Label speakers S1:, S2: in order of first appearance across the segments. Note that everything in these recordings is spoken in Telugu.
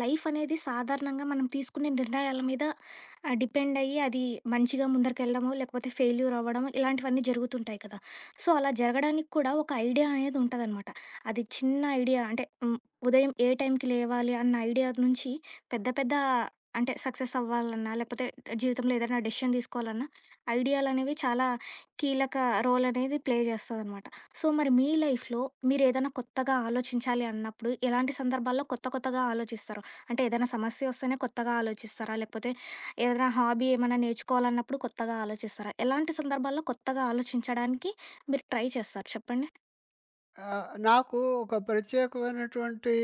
S1: లైఫ్ అనేది సాధారణంగా మనం తీసుకునే నిర్ణయాల మీద డిపెండ్ అయ్యి అది మంచిగా ముందరికెళ్ళడము లేకపోతే ఫెయిల్యూర్ అవ్వడము ఇలాంటివన్నీ జరుగుతుంటాయి కదా. సో అలా జరగడానికి కూడా ఒక ఐడియా అనేది ఉంటుందన్నమాట. అది చిన్న ఐడియా అంటే ఉదయం ఏ టైంకి లేవాలి అన్న ఐడియా నుంచి పెద్ద పెద్ద అంటే సక్సెస్ అవ్వాలన్నా లేకపోతే జీవితంలో ఏదైనా డెసిషన్ తీసుకోవాలన్నా ఐడియాలు అనేవి చాలా కీలక రోల్ అనేది ప్లే చేస్తుంది అనమాట. సో మరి మీ లైఫ్లో మీరు ఏదైనా కొత్తగా ఆలోచించాలి అన్నప్పుడు ఎలాంటి సందర్భాల్లో కొత్తగా ఆలోచిస్తారు? అంటే ఏదైనా సమస్య వస్తేనే కొత్తగా ఆలోచిస్తారా? లేకపోతే ఏదైనా హాబీ ఏమైనా నేర్చుకోవాలన్నప్పుడు కొత్తగా ఆలోచిస్తారా? ఎలాంటి సందర్భాల్లో కొత్తగా ఆలోచించడానికి మీరు ట్రై చేస్తారు చెప్పండి?
S2: నాకు ఒక ప్రత్యేకమైనటువంటి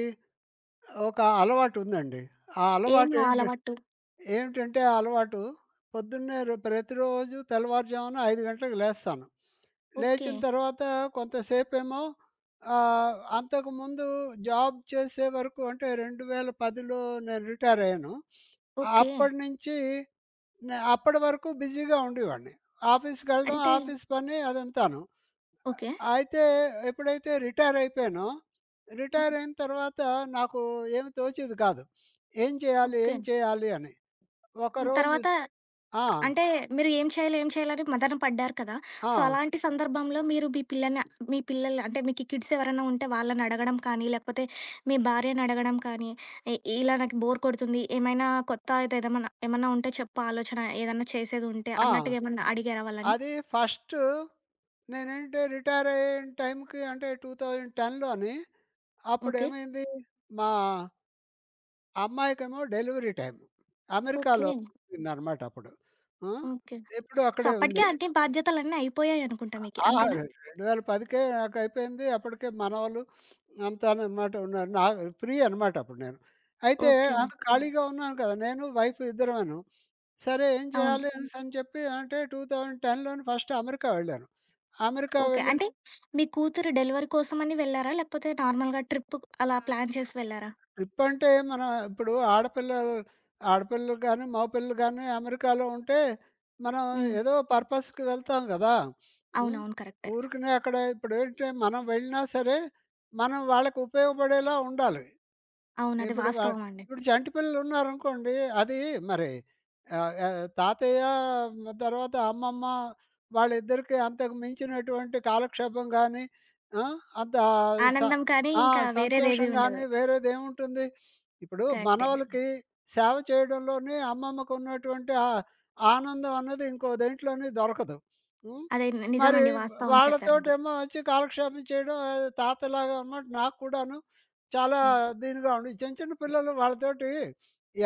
S2: ఒక అలవాటుందండి. ఆ
S1: ఏం
S2: అలవాటేంటి
S1: అలవాటు?
S2: ఏమిటంటే ఆ అలవాటు, పొద్దున్నే ప్రతిరోజు తెల్లవారుజామున 5 గంటలకు లేస్తాను.
S1: ఓకే.
S2: లేచిన తర్వాత కొంతసేపేమో అంతకుముందు జాబ్ చేసే వరకు, అంటే 2010లో నేను రిటైరయ్యాను.
S1: ఓకే.
S2: అప్పటినుంచి అప్పటి వరకు బిజీగా ఉండేవాడిని. ఆఫీస్‌కెళ్ళడం,
S1: అంటే
S2: ఆఫీస్ పని అదంతాను.
S1: ఓకే.
S2: అయితే ఎప్పుడైతే రిటైర్ అయిపోయానో,
S1: హ్మ్.
S2: రిటైర్ అయిన తర్వాత నాకు ఏమి తోచేది కాదు. ఏం చేయాలి?
S1: ఓకే.
S2: ఏం చేయాలి? అని.
S1: హ్మ్.
S2: ఒకరోజు
S1: తర్వాత
S2: ఆ!
S1: అంటే మీరు ఏం చేయాలి, ఏం చేయాలని మదన పడ్డారు కదా! సో,
S2: ఆ!
S1: అలాంటి సందర్భంలో మీరు మీ పిల్లని మీ పిల్లలు అంటే మీకు కిడ్స్ ఎవరైనా ఉంటే వాళ్ళని అడగడం కానీ, లేకపోతే మీ భార్యని అడగడం కానీ, ఇ ఇలా నాకు బోర్ కొడుతుంది. ఏమైనా కొత్త అయితే ఏమన్నా ఉంటే చెప్పు ఆలోచన ఏదన్నా చేసేది ఉంటే
S2: ఆ!
S1: అన్నట్టుగా ఏమన్నా అడిగారా వాళ్ళని?
S2: అది ఫస్టు, నేనేంటి రిటైర్ అయిన టైంకి, అంటే 2010లోని
S1: ఓకే.
S2: అప్పుడేమైంది, మా అమ్మాయికేమో డెలివరీ టైం.
S1: ఓకే.
S2: అమెరికాలో ఉందనమాట అప్పుడు. ఆ!
S1: ఓకే.
S2: ఎప్పుడూ
S1: సో,
S2: అక్కడే
S1: అప్పటికే
S2: ఉంది.
S1: అన్ని బాధ్యతలన్నీ అయిపోయాయి అనుకుంటా మీకి.
S2: ఆ!
S1: అంతేనా?
S2: 2010కే నాకైపోయింది. అప్పటికే మనవలు అంతాననమాట ఉన్నారు. నా ఫ్రీ అనమాట అప్పుడు నేను. అయితే
S1: ఓకే.
S2: అంత ఓకే. ఖాళీగా ఉన్నాను కదా! నేను, వైఫ్ ఇద్దరమును. సరే ఏం
S1: అవును.
S2: చేయాలి అనేసని చెప్పి, అంటే 2010లోని ఫస్ట్ అమెరికా వెళ్ళాను. అమెరికా
S1: ఓకే.
S2: వెళ్ళిన
S1: అంటే మీ కూతురు డెలివరీ కోసమని వెళ్లారా? లేకపోతే నార్మల్‌గా ట్రిప్ అలా
S2: ఆ!
S1: ప్లాన్ చేసి వెళ్లారా?
S2: ట్రిప్ అంటే, మనం ఇప్పుడు ఆడపిల్లలు ఆడపిల్లలు గాని, మగ పిల్లలు గాని అమెరికాలో ఉంటే మనం
S1: హ్మ్.
S2: ఏదో పర్పస్‌కి వెళ్తాం గదా! హ్మ్.
S1: అవునవును. కరెక్టే.
S2: ఊరికనే అక్కడ ఇప్పుడేంటే మనం వెళ్ళినా సరే, మనం వాళ్ళకి ఉపయోగపడేలా ఉండాలి.
S1: అవును. అది
S2: ఇప్పుడు
S1: వాస్తవం అండి.
S2: ఇప్పుడు చంటి పిల్లలున్నారనుకోండి, అది మరి ఆహ్, ఆహ్, తాతయ్య తర్వాత అమ్మమ్మ, వాళ్ళిద్దరికీ అంతకు మించినటువంటి కాలక్షేపం గానీ, ఆ! అంత స
S1: ఆనందం కానీ
S2: ఆ!
S1: ఇంకా వేరేదేది
S2: సంతోషం
S1: ఉండదు.
S2: గానీ వేరేదేముంటుంది? ఇప్పుడు
S1: కరెక్టే.
S2: మనవలకి సేవ చేయడంలోనే అమ్మమ్మకున్నటువంటి ఆ ఆనందం అన్నది ఇంకో దేంట్లోని దొరకదు. హ్మ్.
S1: అదే
S2: మరి
S1: నిజమండి. వాస్తవం చెప్పారు మీరు.
S2: వాళ్ళతోటేమో వచ్చి కాలక్షేపం చేయడం, తాతలాగా అనమాట నాకు కూడాను చాలా
S1: హ్మ్.
S2: దీనిగా ఉండి చిన్న చిన్న పిల్లలు వాళ్ళతోటి,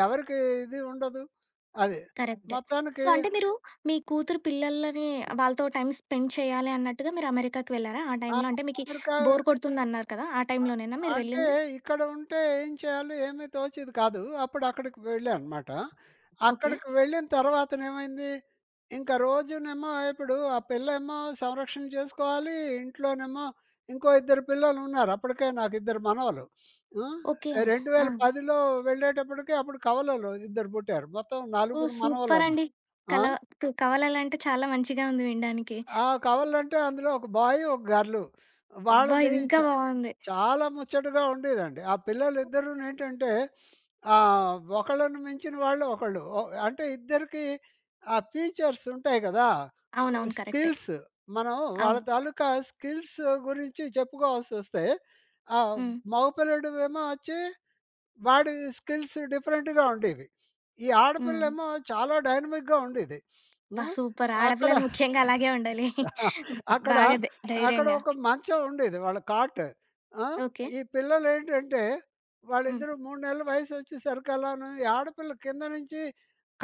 S2: ఎవరికి ఇది ఉండదు. అది.
S1: కరెక్టే. సో,
S2: మొత్తానికి
S1: అంటే మీరు మీ కూతురు పిల్లలని వాళ్ళతో టైమ్ స్పెండ్ చేయాలి అన్నట్టుగా మీరు అమెరికాకి వెళ్లారా? ఆ
S2: ఆ!
S1: టైంలో అంటే మీకి
S2: అమెరికా
S1: బోర్ కొడుతుందన్నారు కదా! ఆ టైంలోనేనా మీరు
S2: అంటే,
S1: వెళ్ళింది?
S2: ఇక్కడ ఉంటే ఏం చేయాలో ఏమీ తోచేది కాదు. అప్పుడు అక్కడికి వెళ్ళానమాట.
S1: ఓకే.
S2: అక్కడికి వెళ్ళిన తర్వాతనేమైంది, ఇంకా రోజునేమో ఇప్పుడు ఆ పిల్లేమో సంరక్షణ చేసుకోవాలి. ఇంట్లోనేమో ఇంకో ఇద్దరు పిల్లలున్నారు. అప్పటికే నాకు ఇద్దరు మనవలు. హ్మ్.
S1: ఓకే. ఆ!
S2: 2010లో వెళ్ళేటప్పటికి అప్పుడు కవలలు ఇద్దరు పుట్టారు. మొత్తం
S1: ఓహ్!
S2: నలుగురు మనవలం.
S1: సూపరండి.
S2: ఆ!
S1: కల కు కవలలంటే చాలా మంచిగా ఉంది వినడానికి.
S2: ఆ! కవలంటే అందులో ఒక బాయ్, ఒక గర్లు.
S1: అబ్బా!
S2: వాళ్ళది
S1: ఇది ఇంకా
S2: చ
S1: బావుంది.
S2: చాలా ముచ్చటగా ఉండేదండి. ఆ పిల్లలిద్దరూనేంటంటే ఒకళ్ళని మించిన వాళ్ళు ఒకళ్ళు. అంటే ఇద్దరికీ ఆ ఫీచర్స్ ఉంటాయి గదా!
S1: అవునవును. కరెక్టే.
S2: స్కిల్స్, మనం వాళ్ళ
S1: అవును.
S2: తాలూకా స్కిల్స్ గురించి చెప్పుకోవాల్సొస్తే, ఆహ్,
S1: హ్మ్.
S2: మగపిల్లడివేమో వచ్చి వాడి స్కిల్స్ డిఫరెంట్‌గా ఉండేవి. ఈ
S1: హ్మ్.
S2: ఆడపిల్లేమో చాలా డైనమిక్‌గా ఉండేది.
S1: అబ్బా!
S2: హ్మ్.
S1: సూపర్.
S2: అక్కడ
S1: ఆడపిల్లలు ముఖ్యంగా అలాగే ఉండాలి.
S2: అక్కడ,
S1: బాగా ధై
S2: అక్కడ
S1: ధైర్యంగా.
S2: ఒక మంచం ఉండేది. వాళ్ళ కాట్. ఆ!
S1: ఓకే.
S2: ఈ పిల్లలేంటంటే,
S1: హ్మ్.
S2: వాళ్ళిద్దరూ 3 నెలల వయసొచ్చేసరికల్లాను, ఈ ఆడపిల్ల కింద నుంచి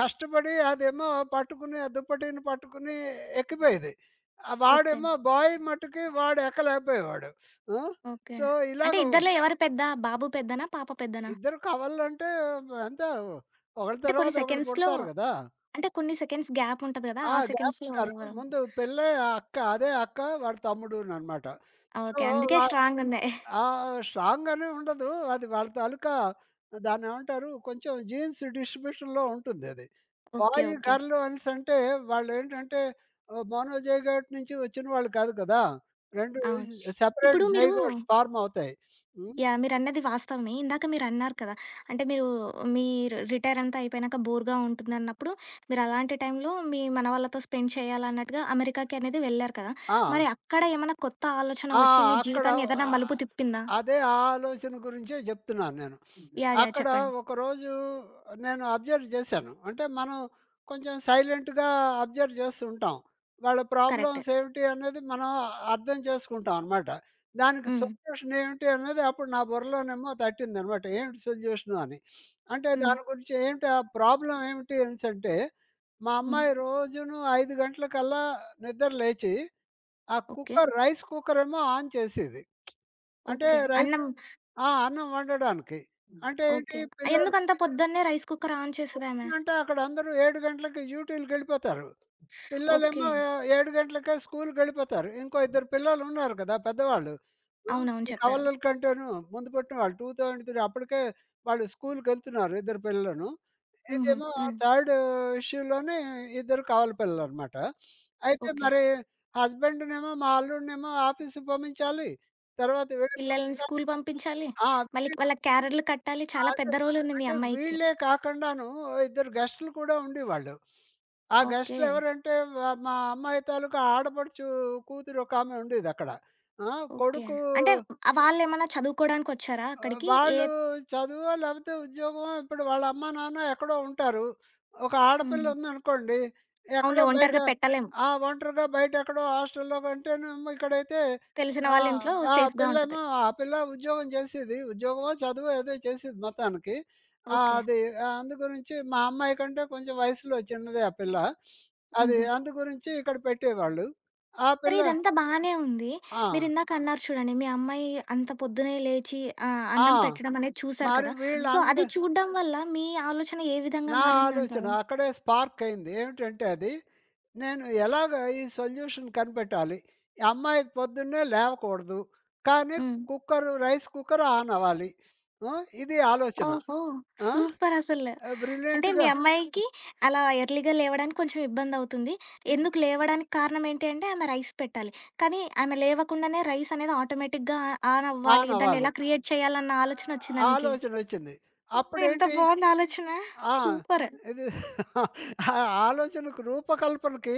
S2: కష్టపడి అదేమో పట్టుకుని, ఆ దుప్పటిని పట్టుకుని ఎక్కిపోయేది.
S1: ఓకే.
S2: వాడేమో బాయ్ మట్టుకి వాడు ఎక్కలేకపోయేవాడు. ఆ!
S1: ఓకే.
S2: సో,
S1: అంటే
S2: ఇలాగ
S1: ఇద్దరిలో ఎవరు పెద్ద? బాబు పెద్దనా? పాప పెద్దనా?
S2: ఇద్దరు కవలంటే ఎంత ఒకళ్ళ
S1: అంటే కొన్ని
S2: తర్వాత ఒకళ్ళు
S1: సెకండ్స్‌లో
S2: పుడతారు గదా!
S1: అంటే కొన్ని సెకండ్స్ గ్యాప్ ఉంటది గదా!
S2: ఆ!
S1: ఆ సెకండ్స్‌లో
S2: గ్యాపుంటారు.
S1: ఎవరు?
S2: ముందు పిల్లే అక్క, అదే అక్క, వాడి తమ్ముడుననమాట.
S1: ఆ,
S2: సో,
S1: ఓకే. అందుకే
S2: వా
S1: స్ట్రాంగున్నాయి.
S2: ఆ! స్ట్రాంగ్ అనే ఉండదు. అది వాళ్ళ తాలూకా దాన్నేమంటారు, కొంచెం జీన్స్ డిస్ట్రిబ్యూషన్‌లో ఉంటుందది.
S1: ఓకే.
S2: Boy,
S1: okay.
S2: గర్ల్ అనేసంటే వాళ్ళేంటంటే మోనోజైగోట్ నుంచి వచ్చిన వాళ్ళు కాదు కదా! 2
S1: అవును.
S2: సెపరేట్
S1: ఇప్పుడు మీరు
S2: జైగోట్స్ ఫార్మ్ అవుతాయి. హ్మ్.
S1: యాహ్! మీరన్నది వాస్తవమే. ఇందాక మీరన్నారు కదా! అంటే మీరు మీరు రిటైర్ అంతా అయిపోయినాక బోర్‌గా ఉంటుందన్నప్పుడు, మీరలాంటి టైంలో మీ మనవళ్ళతో స్పెండ్ చేయాలన్నట్టుగా అమెరికాకి అనేది వెళ్లారు కదా!
S2: ఆ!
S1: మరి అక్కడ ఏమన్నా కొత్త ఆలోచన
S2: ఆ!
S1: వచ్చి మీ
S2: అక్కడ
S1: జీవితాన్ని ఏదైనా మలుపు
S2: ఆహ్,
S1: తిప్పిందా?
S2: అదే ఆ ఆలోచన గురించే చెప్తున్నాను నేను.
S1: యాహ్! యాహ్!
S2: అక్కడ
S1: చెప్పండి.
S2: ఒకరోజు నేను అబ్జర్వ్ చేశాను. అంటే మనం కొంచెం సైలెంట్‌గా అబ్జర్వ్ చేస్తూ ఉంటాం. వాళ్ళ
S1: కరెక్టే.
S2: ప్రాబ్లమ్స్ ఏమిటి అనేది మనం అర్థం చేసుకుంటాం అనమాట. దానికి
S1: హ్మ్.
S2: సొల్యూషన్ ఏమిటి అనేది అప్పుడు నా బుర్రలోనేమో తట్టిందనమాట. ఏమిటి సొల్యూషను అని. అంటే
S1: హ్మ్.
S2: దాని గురించి ఏంటి ఆ ప్రాబ్లమ్ ఏమిటి అనేసంటే, మా
S1: హ్మ్.
S2: అమ్మాయి రోజును 5 గంటలకల్లా నిద్ర లేచి, ఆ
S1: ఓకే.
S2: కుక్కర్ రైస్ కుక్కరేమో ఆన్ చేసేది. అంటే
S1: ఓకే.
S2: రైస్,
S1: అన్నం
S2: ఆ! అన్నం వండడానికి. అంటే ఏంటి
S1: ఓకే.
S2: పిల్లలు,
S1: ఎందుకంత పొద్దున్నే రైస్ కుక్కర్ ఆన్ చేసేదామె?
S2: అంటే అక్కడందరూ 7 గంటలకి డ్యూటీలకెళ్ళిపోతారు.
S1: ఓకే.
S2: పిల్లలేమో 7 గంటలకే స్కూలుకెళ్ళిపోతారు. ఇంకో ఇద్దరు పిల్లలున్నారు కదా! పెద్దవాళ్ళు. ఆ!
S1: అవునవును
S2: ఈ
S1: చెప్పారు.
S2: కవలల కంటేను ముందు పుట్టిన వాళ్ళు 2003 అప్పటికే వాళ్ళు స్కూలుకెళ్తున్నారు, ఇద్దరు పిల్లలును.
S1: హుహు.
S2: ఇదేమో
S1: హ్మ్.
S2: థర్డ్ ఇష్యూలోనే ఇద్దరు కవల పిల్లలనమాట. అయితే
S1: ఓకే.
S2: మరి హస్బెండ్‌నేమో, మా అల్లుడినేమో ఆఫీస్‌కి పంపించాలి. తర్వాత వీడిని
S1: పిల్లలని
S2: పంపించాలి.
S1: స్కూల్ పంపించాలి.
S2: ఆ!
S1: మళ్ళీ వాళ్ళకి క్యారర్లు కట్టాలి. చాలా
S2: అదే.
S1: పెద్ద రోల్ ఉంది మీ
S2: అంటే
S1: అమ్మాయికి.
S2: వీళ్ళే కాకుండాను ఓ ఇద్దరు గెస్టులు కూడా ఉండేవాళ్ళు. ఆ
S1: ఓకే.
S2: గెస్టులు ఎవరంటే, మా అమ్మాయి తాలూకా ఆడపడుచు కూతురు ఒకామె ఉండేదక్కడ. ఆ!
S1: ఓకే.
S2: కొడుకు
S1: అంటే వాళ్ళేమన్నా చదువుకోవడానికొచ్చారా అక్కడికి? ఏ
S2: వాళ్ళు చదువో లేకపోతే ఉద్యోగమో, ఇప్పుడు వాళ్ళ అమ్మా, నాన్న ఎక్కడో ఉంటారు. ఒక ఆడపిల్ల
S1: హుహు.
S2: ఉందనుకోండి,
S1: అవునులే
S2: ఎక్కడో బయట,
S1: ఒంటరిగా పెట్టలేము.
S2: ఒంటరిగా బయట ఎక్కడో హాస్టల్‌లో కంటేనేమో ఇక్కడైతే
S1: తెలిసిన
S2: ఆ!
S1: వాళ్ళ ఇంట్లో
S2: ఆ
S1: సేఫ్‌గా ఉంటది.
S2: పిల్లేమో ఆ పిల్ల ఉద్యోగం చేసేది. ఉద్యోగమో, చదువో ఏదో చేసేది మొత్తానికి.
S1: ఓకే.
S2: అది అందుగురించి మా అమ్మాయి కంటే కొంచెం వయసులో చిన్నదే ఆ పిల్ల. అది
S1: హుహు.
S2: అందు గురించి ఇక్కడ పెట్టేవాళ్ళు. ఆ
S1: మరి
S2: పిల్ల.
S1: ఇదంతా బానే ఉంది.
S2: ఆ!
S1: మీరిందాక అన్నారు చూడండి, మీ అమ్మాయి అంత పొద్దునే లేచి
S2: ఆ!
S1: అన్నం పెట్టడం అనేది చూసారు
S2: మరి
S1: కదా! సో, హుహు.
S2: వీళ్ళంద
S1: అది చూడడం వల్ల మీ ఆలోచన ఏ విధంగా
S2: నా ఆలోచన
S1: మారిందంటారు?
S2: అక్కడే స్పార్క్ అయింది. ఏమిటంటే అది, నేను ఎలాగ ఈ సొల్యూషన్ కనిపెట్టాలి? ఈ అమ్మాయి పొద్దున్నే లేవకూడదు. కానీ
S1: హ్మ్.
S2: కుక్కర్, రైస్ కుక్కర్ ఆన్ అవ్వాలి. ఆ! ఇది ఆలోచన.
S1: ఓహో!
S2: ఆ!
S1: సూపరసలు. అంటే మీ
S2: బ్రిలియంట్‌గా
S1: అమ్మాయికి అలా ఎర్లీ‌గా లేవడానికి కొంచెం ఇబ్బందవుతుంది.
S2: ఇబ్
S1: ఎందుకు లేవడానికి కారణం ఏంటి అంటే ఆమె రైస్ పెట్టాలి. కానీ ఆమె లేవకుండానే రైస్ అనేది ఆటోమేటిక్‌గా ఆన్ అవ్వాలి.
S2: ఆన్ అవ్వాలి.
S1: దాన్నెలా క్రియేట్ చేయాలన్న
S2: ఆహ్,
S1: ఆలోచనొచ్చిందా మీకి?
S2: ఆలోచనొచ్చింది.
S1: ఓహ్! ఎంత
S2: అప్పుడేంటి
S1: బావుంది ఆలోచన.
S2: ఆ!
S1: సూపర్.
S2: ఇది ఆ ఆలోచనకు, రూపకల్పనకి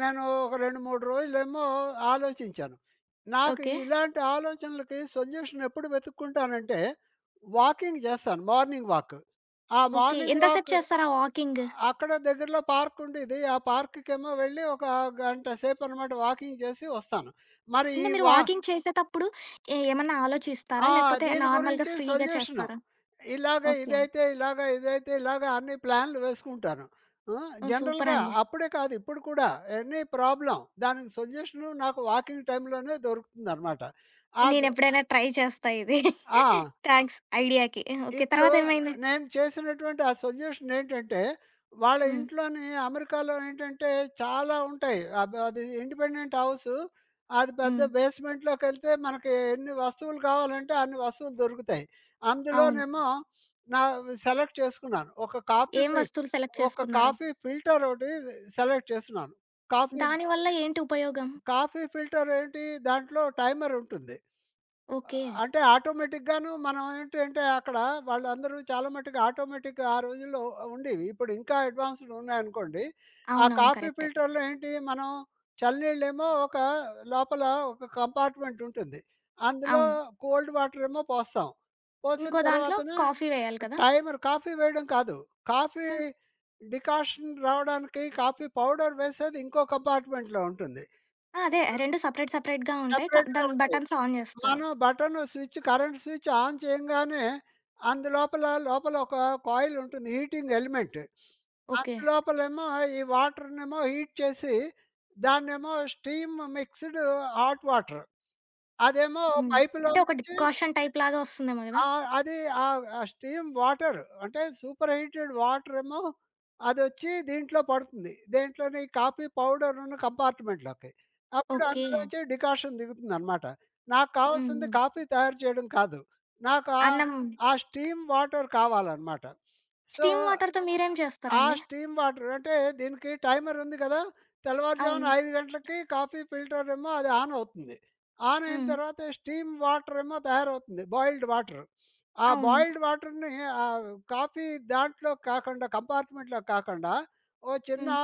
S2: నేను ఒక 2, 3 రోజులేమో ఆలోచించాను. నాకు
S1: ఓకే.
S2: ఇలాంటి ఆలోచనలకి సొల్యూషన్ ఎప్పుడు వెతుక్కుంటానంటే, వాకింగ్ చేస్తాను. Morning walk. ఆ
S1: ఓకే.
S2: మార్నింగ్
S1: ఎంత సేపు
S2: వాక్,
S1: చేస్తారా వాకింగ్?
S2: అక్కడ దగ్గరలో పార్క్ ఉండేది. ఆ పార్క్‌కేమో వెళ్ళి ఒక గంట సేపనమాట వాకింగ్ చేసి వస్తాను. మరి
S1: అంటే
S2: ఈ
S1: మీరు
S2: వా
S1: వాకింగ్ చేసేతప్పుడు ఏమన్నా ఆలోచిస్తారా?
S2: ఆ!
S1: లేకపోతే
S2: దీని
S1: నార్మల్‌గా
S2: గురించి
S1: ఫ్రీగా
S2: సొల్యూషను,
S1: చేస్తారా?
S2: ఇలాగ
S1: ఓకే.
S2: ఇదైతే ఇలాగ, ఇదైతే ఇలాగ అన్ని ప్లాన్లు వేసుకుంటాను. ఆ!
S1: ఓహ్!
S2: జనరల్‌గా
S1: సూపరండి.
S2: అప్పుడే కాదు ఇప్పుడు కూడా ఎనీ ప్రాబ్లమ్ దానికి సొల్యూషను నాకు వాకింగ్ టైమ్‌లోనే దొరుకుతుందనమాట. అద్
S1: నేనెప్పుడైనా ట్రై చేస్తా ఇది.
S2: ఆ!
S1: థాంక్స్ ఐడియాకి. ఓకే.
S2: ఇప్పుడు
S1: తర్వాతేమైంది?
S2: నేను చేసినటువంటి ఆ సొల్యూషన్ ఏంటంటే, వాళ్ళ
S1: హ్మ్.
S2: ఇంట్లోని అమెరికాలో ఏంటంటే చాలా ఉంటాయి. అది ఇండిపెండెంట్ హౌసు. అది పెద్ద
S1: హ్మ్.
S2: బేస్‌మెంట్‌లోకెళ్తే మనకి ఎన్ని వస్తువులు కావాలంటే అన్ని వస్తువులు దొరుకుతాయి.
S1: అవును.
S2: అందులోనేమో నా సెలెక్ట్ చేసుకున్నాను.
S1: ఏం వస్తువులు సెలెక్ట్
S2: ఒక
S1: చేసుకున్నారు?
S2: కాఫీ ఫిల్టర్ ఒకటి సెలెక్ట్ చేసుకున్నాను. కాఫీ
S1: దాని వల్ల ఏంటి ఉపయోగం?
S2: కాఫీ ఫిల్టర్ ఏంటి, దాంట్లో టైమర్ ఉంటుంది.
S1: ఓకే.
S2: అంటే ఆటోమేటిక్‌గాను మనం ఏంటంటే, అక్కడ వాళ్ళందరూ చాలా మట్టుకు ఆటోమేటిక్ ఆ రోజుల్లో ఉండేవి. ఇప్పుడు ఇంకా అడ్వాన్స్‌డ్ ఉన్నాయనుకోండి. ఆ
S1: అవునవును.
S2: కాఫీ
S1: కరెక్టే.
S2: ఫిల్టర్‌లో ఏంటి, మనం చల్లనీళ్ళేమో ఒక లోపల ఒక కంపార్ట్మెంట్ ఉంటుంది. అందులో
S1: అవును.
S2: కోల్డ్ వాటర్ ఏమో పోస్తాం. పోసిన
S1: ఇంకో దాంట్లో
S2: తర్వాతన,
S1: కాఫీ వేయాలి కదా!
S2: టైమర్ కాఫీ వేయడం కాదు. కాఫీ
S1: ఆ!
S2: డికాషన్ రావడానికి కాఫీ పౌడర్ వేసేది ఇంకో కంపార్ట్మెంట్‌లో ఉంటుంది.
S1: ఆ! అదే 2 సెపరేట్ సెపరేట్‌గా ఉంటాయి. క
S2: సెపరేట్‌గా
S1: దాని
S2: ఉంటాయి.
S1: బటన్స్ ఆన్ జేస్తారు.
S2: మనం button switch, current switch on చేయంగానే అందులోపల లోపల ఒక కాయిల్ ఉంటుంది, హీటింగ్ ఎలిమెంట్.
S1: ఓకే.
S2: అందులోపలేమో ఈ వాటర్‌నేమో హీట్ చేసి, దాన్నేమో స్టీమ్ మిక్స్‌డ్ హాట్ వాటర్ అదేమో
S1: హ్మ్.
S2: పైపులో
S1: అంటే ఒక
S2: నుంచి
S1: డికాషన్ టైప్‌లాగా వస్తుందేమో గదా!
S2: ఆ! అది ఆ స్టీమ్ వాటర్, అంటే సూపర్ హీటెడ్ వాటర్ ఏమో అదొచ్చి దీంట్లో పడుతుంది. దేంట్లోని కాఫీ పౌడరును కంపార్ట్మెంట్‌లోకి. అప్పుడు
S1: ఓకే.
S2: అందులోంచి డికాషన్ దిగుతుందనమాట. నాకు
S1: హ్మ్.
S2: కావాల్సింది
S1: హ్మ్.
S2: కాఫీ తయారు చేయడం కాదు. నాకు ఆ
S1: అన్నం
S2: ఆ స్టీమ్ వాటర్ కావాలనమాట. సో,
S1: స్టీమ్ వాటర్‌తో మీరేం
S2: ఆ
S1: చేస్తారండి?
S2: స్టీమ్ వాటర్, అంటే దీనికి టైమర్ ఉంది కదా! తెల్లవారుజామున
S1: అవును.
S2: 5 గంటలకి కాఫీ ఫిల్టర్ ఏమో అది ఆన్ అవుతుంది. ఆన్ అయిన
S1: హ్మ్.
S2: తర్వాత స్టీమ్ వాటర్ ఏమో తయారవుతుంది, బాయిల్డ్ వాటర్. ఆ
S1: అవును.
S2: బాయిల్డ్ వాటర్‌ని ఆహ్, కాఫీ దాంట్లో కాకుండా, కంపార్ట్మెంట్‌లో కాకుండా, ఓ చిన్న
S1: హ్మ్.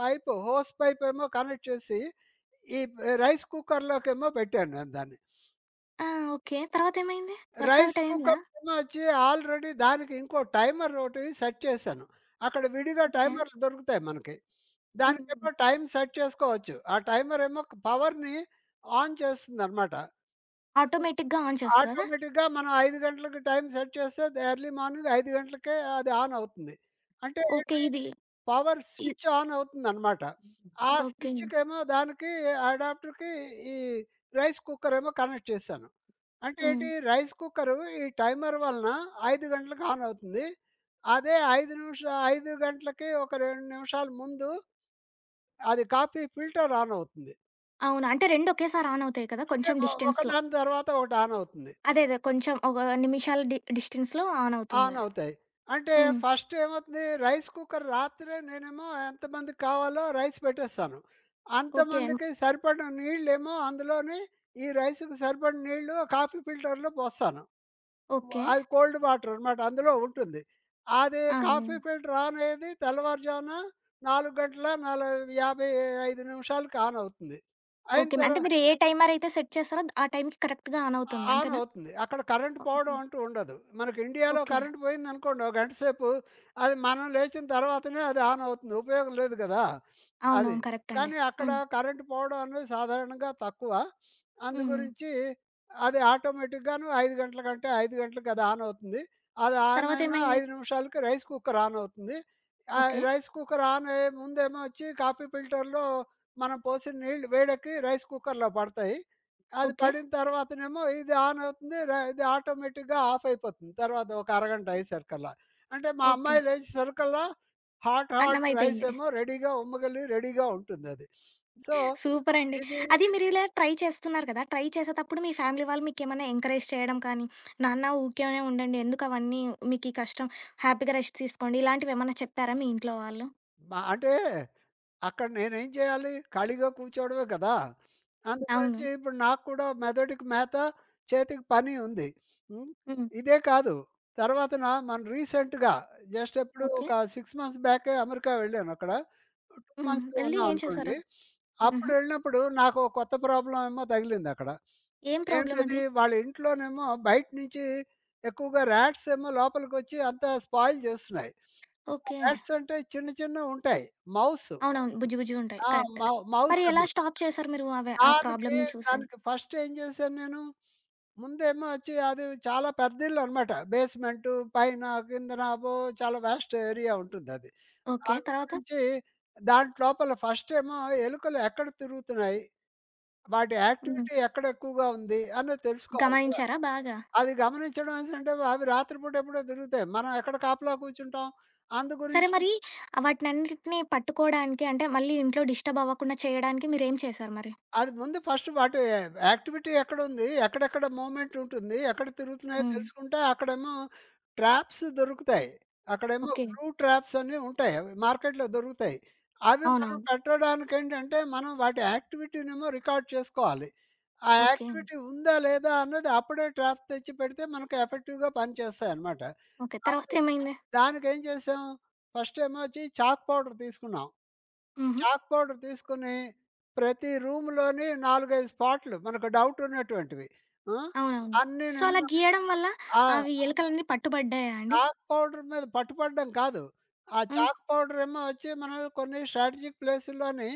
S2: పైపు, హోస్ పైపేమో కనెక్ట్ చేసి, ఈ రైస్ కుక్కర్‌లోకేమో పెట్టాను నేను దాన్ని.
S1: ఆ! ఓకే. తర్వాతేమైంది?
S2: రైస్
S1: వర్కౌట్ అయిందా?
S2: కుక్కర్‌కేమో వచ్చి ఆల్రెడీ దానికి ఇంకో టైమర్ ఒకటి సెట్ చేశాను. అక్కడ విడిగా
S1: ఓకే.
S2: టైమర్లు దొరుకుతాయి మనకి.
S1: హ్మ్.
S2: దానికేమో టైమ్ సెట్ చేసుకోవచ్చు. ఆ టైమర్ ఏమో పవర్‌ని ఆన్ చేస్తుందనమాట.
S1: ఆటోమేటిక్‌గా ఆన్ చేస్తదా?
S2: ఆటోమేటిక్‌గా మనం 5 గంటలకి టైమ్ సెట్ చేస్తే ఎర్లీ మార్నింగ్ 5 గంటలకే అది ఆన్ అవుతుంది. అంటే
S1: ఓకే.
S2: ఏంటి,
S1: ఇది
S2: పవర్
S1: ఇ
S2: స్విచ్ ఆన్ అవుతుందనమాట. ఆ
S1: ఓకే.
S2: స్విచ్‌కేమో దానికి అడాప్టర్‌కి ఈ రైస్ కుక్కర్ ఏమో కనెక్ట్ చేశాను. అంటే
S1: హ్మ్.
S2: ఏంటి రైస్ కుక్కరు ఈ టైమర్ వలన 5 గంటలకు ఆన్ అవుతుంది. అదే 5 గంటలకి ఒక 2 నిమిషాల ముందు అది కాఫీ ఫిల్టర్ ఆన్ అవుతుంది.
S1: అవును. అంటే 2 ఒకేసారి ఆన్ అవుతాయి కదా!
S2: అంటే
S1: కొంచెం డిస్టెన్స్‌లో.
S2: ఒకదాని తర్వాత ఒకటి ఆన్ అవుతుంది.
S1: అదే అదే. కొంచెం ఒక నిమిషాల డిస్టెన్స్‌లో ఆన్ అవుతుంది.
S2: ఆన్ అవుతాయి. అంటే
S1: హ్మ్.
S2: ఫస్ట్ ఏమవుతుంది, రైస్ కుక్కర్, రాత్రే నేనేమో ఎంతమందికి కావాలో రైస్ పెట్టేస్తాను.
S1: ఓకే.
S2: అంతమందికి సరిపడిన నీళ్ళేమో అందులోని, ఈ రైస్‌కి సరిపడిన నీళ్ళు కాఫీ ఫిల్టర్‌లో పోస్తాను.
S1: ఓకే.
S2: అది కోల్డ్ వాటర్ అన్నమాట అందులో ఉంటుంది. అది
S1: ఆ! హ్మ్.
S2: కాఫీ ఫిల్టర్ ఆన్ అయ్యేది తెల్లవారుజామున 4 గంటల నాలు 55 నిమిషాలకి ఆన్ అవుతుంది. అయిన
S1: ఓకే.
S2: తర
S1: అంటే మీరు ఏ టైమర్ అయితే సెట్ చేస్తారో ఆ టైంకి కరెక్ట్‌గా ఆన్ అవుతుంది.
S2: ఆన్
S1: అంతేనా?
S2: అవుతుంది. అక్కడ కరెంట్
S1: ఓకే.
S2: పోవడం అంటూ ఉండదు. మనకి ఇండియాలో
S1: ఓకే.
S2: కరెంట్ పోయిందనుకోండి, ఓ గంట సేపు అది మనం లేచిన తర్వాతనే అది ఆన్ అవుతుంది. ఉపయోగం లేదు గదా! అది.
S1: అవునవును. కరెక్ట్ అండి.
S2: కానీ అక్కడ
S1: హ్మ్.
S2: కరెంట్ పోవడం అనేది సాధారణంగా తక్కువ. అందు
S1: హ్మ్.
S2: గురించి అది ఆటోమేటిక్‌గాను 5 గంటల కంటే 5 గంటలకి అది ఆన్ అవుతుంది. అది ఆన్ అయిన
S1: తర్వాతేమైంది?
S2: 5 నిమిషాలకి రైస్ కుక్కర్ ఆన్ అవుతుంది.
S1: ఓకే.
S2: రైస్ కుక్కర్ ఆన్ అయ్యే ముందేమో వచ్చి కాఫీ ఫిల్టర్‌లో మనం పోసిన నీళ్లు వేడెక్కి రైస్ కుక్కర్‌లో పడతాయి. అది
S1: ఓకే.
S2: పడిన తర్వాతనేమో ఇది ఆన్ అవుతుంది. ఇది ఆటోమేటిక్‌గా ఆఫ్ అయిపోతుంది తర్వాత, ఒక అరగంట అయ్యేసరికల్లా. అంటే మా
S1: ఓకే.
S2: అమ్మాయి లేచేసరికల్లా హాట్
S1: అన్నం
S2: హాట్ రైస్
S1: అయిపోయింది.
S2: ఏమో రెడీగా రెడీగా ఉంటుందది. సో,
S1: సూపరండి.
S2: ఇది,
S1: అది మీరు ఇలా ట్రై చేస్తున్నారు కదా! ట్రై చేసేతప్పుడు మీ ఫ్యామిలీ వాళ్ళు మీకేమన్నా ఎంకరేజ్ చేయడం కానీ, నాన్న ఊకేనే ఉండండి. ఎందుకు అవన్నీ మీకీ కష్టం. హ్యాపీగా రెస్ట్ తీసుకోండి. ఇలాంటివేమన్నా చెప్పారా మీ ఇంట్లో వాళ్ళు?
S2: మా అంటే అక్కడ నేనేం చేయాలి? ఖాళీగా కూర్చోవడమే కదా!
S1: అవును.
S2: అందుగురించి ఇప్పుడు నాకు కూడా మెదడుకి మేత, చేతికి పని ఉంది. హ్మ్.
S1: హ్మ్.
S2: ఇదే కాదు. తర్వాతన మనం రీసెంట్‌గా జస్ట్ ఎప్పుడు,
S1: ఓకే.
S2: ఒక 6 మంత్స్ బ్యాకే అమెరికా వెళ్ళాను అక్కడ. 2
S1: హ్మ్.
S2: మంత్స్
S1: వెళ్లి
S2: ఉన్నాం
S1: ఏం చేశారు?
S2: అనుకోండి. అప్పుడు
S1: హుహు.
S2: వెళ్ళినప్పుడు నాకు ఓ కొత్త ప్రాబ్లమ్ ఏమో తగిలిందక్కడ.
S1: ఏం ప్రాబ్లమ్
S2: ఏంటది?
S1: అది?
S2: వాళ్ళ ఇంట్లోనేమో బయట నుంచి ఎక్కువగా రాట్స్ ఏమో లోపలికొచ్చి అంతా స్పాయిల్ చేస్తున్నాయి.
S1: ఓకే.
S2: బ్యాట్స్ అంటే చిన్న చిన్నవుంటాయి. మౌస్.
S1: అవునవును. బుజ్జి బుజ్జిగుంటాయి.
S2: ఆ!
S1: కరెక్ట్.
S2: మౌ మౌస్.
S1: మరి
S2: అబ్బ,
S1: ఎలా స్టాప్ చేశారు మీరు ఆ
S2: దానికి,
S1: ప్రాబ్లమ్‌ని చూసి?
S2: దానికి ఫస్ట్ ఏం చేశాను నేను, ముందేమో వచ్చి అది చాలా పెద్ద ఇల్లనమాట. బేస్‌మెంటు, పైన, కిందన అబ్బో! చాలా వాస్ట్ ఏరియా ఉంటుందది.
S1: ఓకే.
S2: అందు
S1: తర్వాత?
S2: గురించి దాంట్ లోపల ఫస్టేమో, ఎలుకలు ఎక్కడ తిరుగుతున్నాయి, వాటి
S1: హ్మ్.
S2: యాక్టివిటీ ఎక్కడ ఎక్కువగా ఉంది అన్నది తెలుసుకోవాలి కదా!
S1: గమనించారా బాగా?
S2: అది గమనించడం అనేసంటే అవి రాత్రిపూట ఎప్పుడో తిరుగుతాయి. మనం ఎక్కడ కాపలా కూర్చుంటాం. అందు
S1: సరే
S2: గురించి
S1: మరి వాటినన్నిటిని పట్టుకోడానికి అంటే మళ్ళీ ఇంట్లో డిస్టర్బ్ అవ్వకుండా చేయడానికి మీరేం చేశారు మరి?
S2: అది ముందు ఫస్ట్, వాటి యాక్టివిటీ ఎక్కడుంది? ఎక్కడెక్కడ మూవ్‌మెంట్ ఉంటుంది? ఎక్కడ తిరుగుతున్నాయో
S1: హ్మ్.
S2: తెలుసుకుంటే అక్కడేమో ట్రాప్స్ దొరుకుతాయి. అక్కడేమో
S1: ఓకే.
S2: బ్లూ ట్రాప్స్ అని ఉంటాయి. అవి మార్కెట్‌లో దొరుకుతాయి. అవి మనం
S1: అవునవును.
S2: పెట్టడానికేంటంటే మనం వాటి యాక్టివిటీనేమో రికార్డ్ చేసుకోవాలి. ఆ
S1: ఓకే.
S2: యాక్టివిటీ ఉందా? లేదా? అన్నది అప్పుడే ట్రాప్ తెచ్చి పెడితే మనకు ఎఫెక్టివ్‌గా పనిచేస్తాయన్నమాట.
S1: ఓకే.
S2: అందు,
S1: తర్వాతేమైంది?
S2: దానికేం చేసాం? ఫస్ట్ ఏమో వచ్చి చాక్ పౌడర్ తీసుకున్నాం.
S1: హుహు.
S2: చాక్ పౌడర్ తీసుకొని ప్రతి రూమ్‌లోని 4, 5 స్పాట్లు మనకు డౌట్ ఉన్నటువంటివి. ఆ!
S1: అవునవును. సో, అలా
S2: అన్నీనేమో.
S1: గీయడం వల్ల
S2: ఆ!
S1: అవి ఎలుకలన్నీ పట్టుబడ్డాయా అండి?
S2: చాక్ పౌడర్ మీద పట్టుపడడం కాదు. ఆ
S1: హ్మ్.
S2: చాక్ పౌడర్ ఏమో వచ్చి మనం కొన్ని స్ట్రాటజిక్ ప్లేసుల్లోని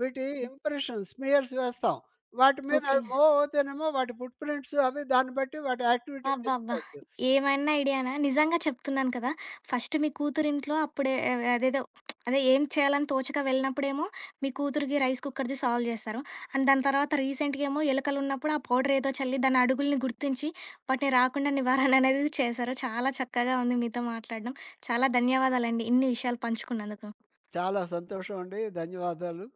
S2: వీటి
S1: హ్మ్.
S2: ఇంప్రెషన్ స్మియర్స్ వేస్తాం. వాటి మీద
S1: ఓకే.
S2: అవి మూవ్ అవుతేనేమో వాటి ఫుట్ ప్రింట్స్ అవి, దాన్ని బట్టి వాటి యాక్టివిటీ
S1: అబ్బబ్బా!
S2: తెలుసుకోవచ్చు.
S1: ఏమైనా ఐడియానా? నిజంగా చెప్తున్నాను కదా! ఫస్ట్ మీ కూతురింట్లో అప్పుడే ఆహ్, అదేదో అదే ఏం చేయాలని తోచక వెళ్ళినప్పుడేమో మీ కూతురికి రైస్ కుక్కర్‌ది సాల్వ్ చేస్తారు. అండ్ దాని తర్వాత రీసెంట్‌గా ఏమో ఎలుకలున్నప్పుడు ఆ పౌడర్ ఏదో చల్లి దాని అడుగుల్ని గుర్తించి వాటిని రాకుండా నివారణ అనేది చేశారు. చాలా చక్కగా ఉంది మీతో మాట్లాడడం. చాలా ధన్యవాదాలండి ఇన్ని విషయాలు పంచుకున్నందుకు.
S2: చాలా సంతోషం అండి. ధన్యవాదాలు.